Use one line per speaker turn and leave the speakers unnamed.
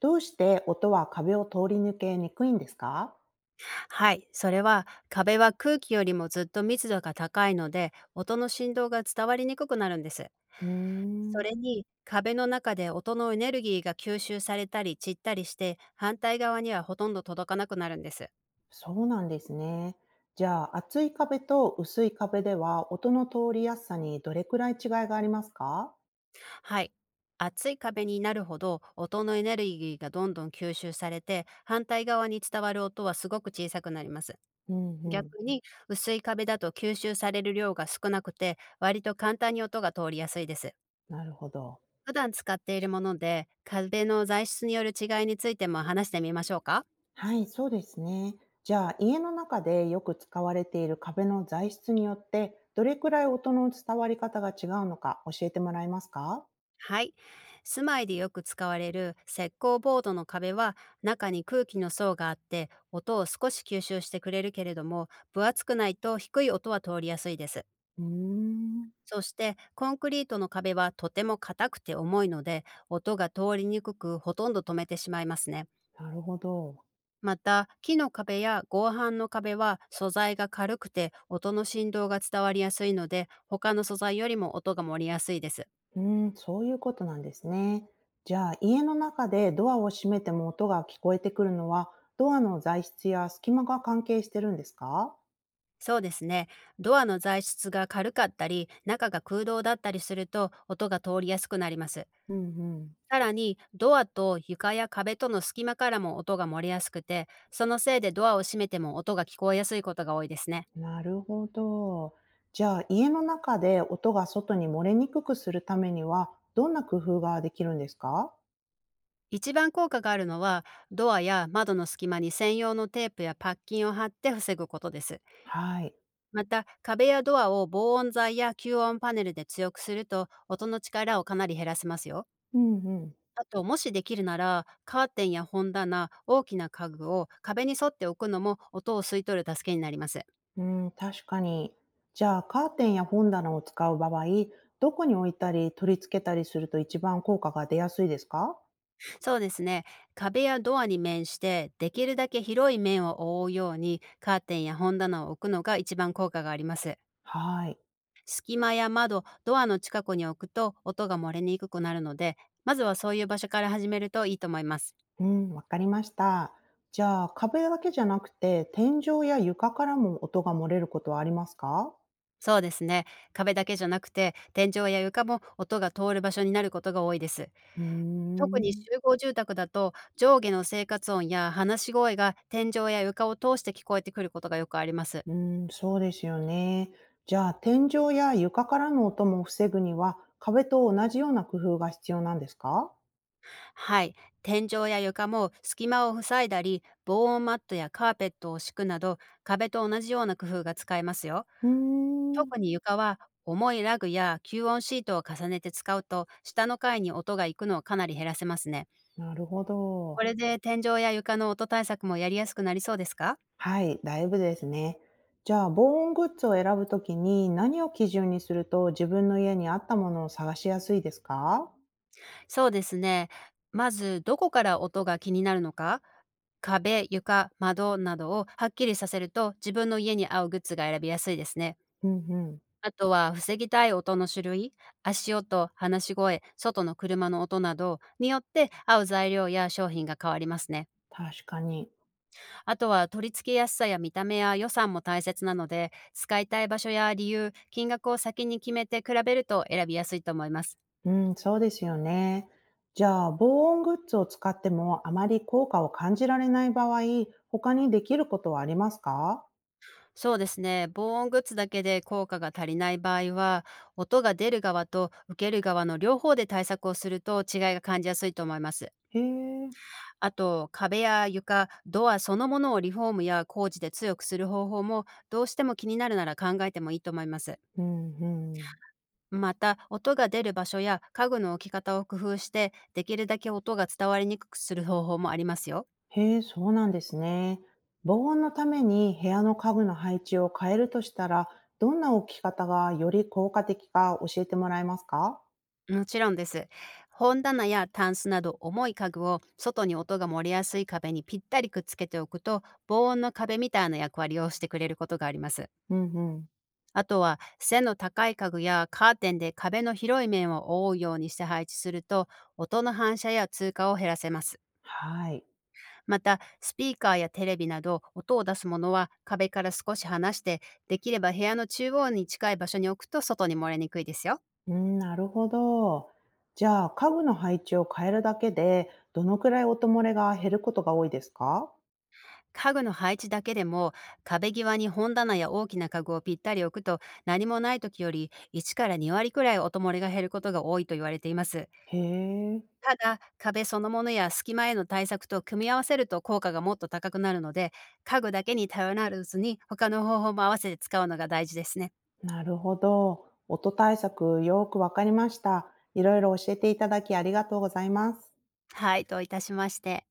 どうして音は壁を通り抜けにくいんですか？
はい、それは壁は空気よりもずっと密度が高いので音の振動が伝わりにくくなるんです。
うー
そ
ん、
れに壁の中で音のエネルギーが吸収されたり散ったりして反対側にはほとんど届かなくなるんです。
そうなんですね。じゃあ、厚い壁と薄い壁では音の通りやすさにどれくらい違いがありますか？
はい。厚い壁になるほど音のエネルギーがどんどん吸収されて反対側に伝わる音はすごく小さくなります。
うんう
逆
ん。
に薄い壁だと吸収される量が少なくて割と簡単に音が通りやすいです。
なるほど。
普段使っているもので、壁の材質による違いについても話してみましょうか。
はい、そうですね。じゃあ、家の中でよく使われている壁の材質によって、どれくらい音の伝わり方が違うのか教えてもらえますか？
はい。住まいでよく使われる石膏ボードの壁は、中に空気の層があって音を少し吸収してくれるけれども、分厚くないと低い音は通りやすいです。
うーん。
そしてコンクリートの壁はとても硬くて重いので、音が通りにくくほとんど止めてしまいますね。
なるほど。
また、木の壁や合板の壁は素材が軽くて音の振動が伝わりやすいので、他の素材よりも音が漏れやすいです。
うーん、そういうことなんですね。じゃあ、家の中でドアを閉めても音が聞こえてくるのは、ドアの材質や隙間が関係してるんですか？
そうですね。ドアの材質が軽かったり、中が空洞だったりすると、音が通りやすくなります。
うんうん。
さらに、ドアと床や壁との隙間からも音が漏れやすくて、そのせいでドアを閉めても音が聞こえやすいことが多いですね。
なるほど。じゃあ、家の中で音が外に漏れにくくするためには、どんな工夫ができるんですか？
一番効果があるのは、ドアや窓の隙間に専用のテープやパッキンを貼って防ぐことです。
はい。
また、壁やドアを防音材や吸音パネルで強くすると、音の力をかなり減らせますよ。
うんうん。
あと、もしできるなら、カーテンや本棚、大きな家具を壁に沿って置くのも音を吸い取る助けになります。
うん、確かに。じゃあ、カーテンや本棚を使う場合、どこに置いたり取り付けたりすると一番効果が出やすいですか？
そうですね。壁やドアに面して、できるだけ広い面を覆うように、カーテンや本棚を置くのが一番効果があります。
はい。
隙間や窓、ドアの近くに置くと音が漏れにくくなるので、まずはそういう場所から始めるといいと思います。
うん、わかりました。じゃあ、壁だけじゃなくて、天井や床からも音が漏れることはありますか？
そうですね。壁だけじゃなくて、天井や床も音が通る場所になることが多いです。
うー
特に
ん、
集合住宅だと、上下の生活音や話し声が天井や床を通して聞こえてくることがよくあります。
うん、そうですよね。じゃあ、天井や床からの音も防ぐには、壁と同じような工夫が必要なんですか？
はい。天井や床も隙間を塞いだり、防音マットやカーペットを敷くなど、壁と同じような工夫が使えますよ。
うーん、
特に床は、重いラグや吸音シートを重ねて使うと、下の階に音が行くのをかなり減らせますね。
なるほ
こ
ど。
れで天井や床の音対策もやりやすくなりそうですか？
はい、だいぶですね。じゃあ、防音グッズを選ぶときに何を基準にすると自分の家に合ったものを探しやすいですか？
そうですね。まず、どこから音が気になるのか、壁、床、窓などをはっきりさせると、自分の家に合うグッズが選びやすいですね。
うんうん、
あとは防ぎたい音の種類、足音、話し声、外の車の音などによって、合う材料や商品が変わりますね。
確かに。
あとは取り付けやすさや見た目や予算も大切なので、使いたい場所や理由、金額を先に決めて比べると選びやすいと思います。
うん、そうですよね。じゃあ、防音グッズを使ってもあまり効果を感じられない場合、他にできることはありますか？
そうですね。防音グッズだけで効果が足りない場合は、音が出る側と受ける側の両方で対策をすると、違いが感じやすいと思います。
へえ、
あと、壁や床、ドアそのものをリフォームや工事で強くする方法も、どうしても気になるなら考えてもいいと思います。
うんうん。
また、音が出る場所や家具の置き方を工夫して、できるだけ音が伝わりにくくする方法もありますよ。
へえ、そうなんですね。防音のために部屋の家具の配置を変えるとしたら、どんな置き方がより効果的か教えてもらえますか？
もちろんです。本棚やタンスなど重い家具を、外に音が漏れやすい壁にぴったりくっつけておくと、防音の壁みたいな役割をしてくれることがあります。
うんうん。
あとは背の高い家具やカーテンで壁の広い面を覆うようにして配置すると、音の反射や通過を減らせます。
はい。
またスピーカーやテレビなど音を出すものは、壁から少し離して、できれば部屋の中央に近い場所に置くと、外に漏れにくいですよ。
うん、なるほど。じゃあ、家具の配置を変えるだけで、どのくらい音漏れが減ることが多いですか？
家具の配置だけでも、壁際に本棚や大きな家具をぴったり置くと、何もない時より1から2割くらい音漏れが減ることが多いと言われています。
へえ、
ただ壁そのものや隙間への対策と組み合わせると効果がもっと高くなるので、家具だけに頼らずに他の方法も合わせて使うのが大事ですね。
なるほど。音対策よくわかりました。いろいろ教えていただきありがとうございます。
はい、といたしまして。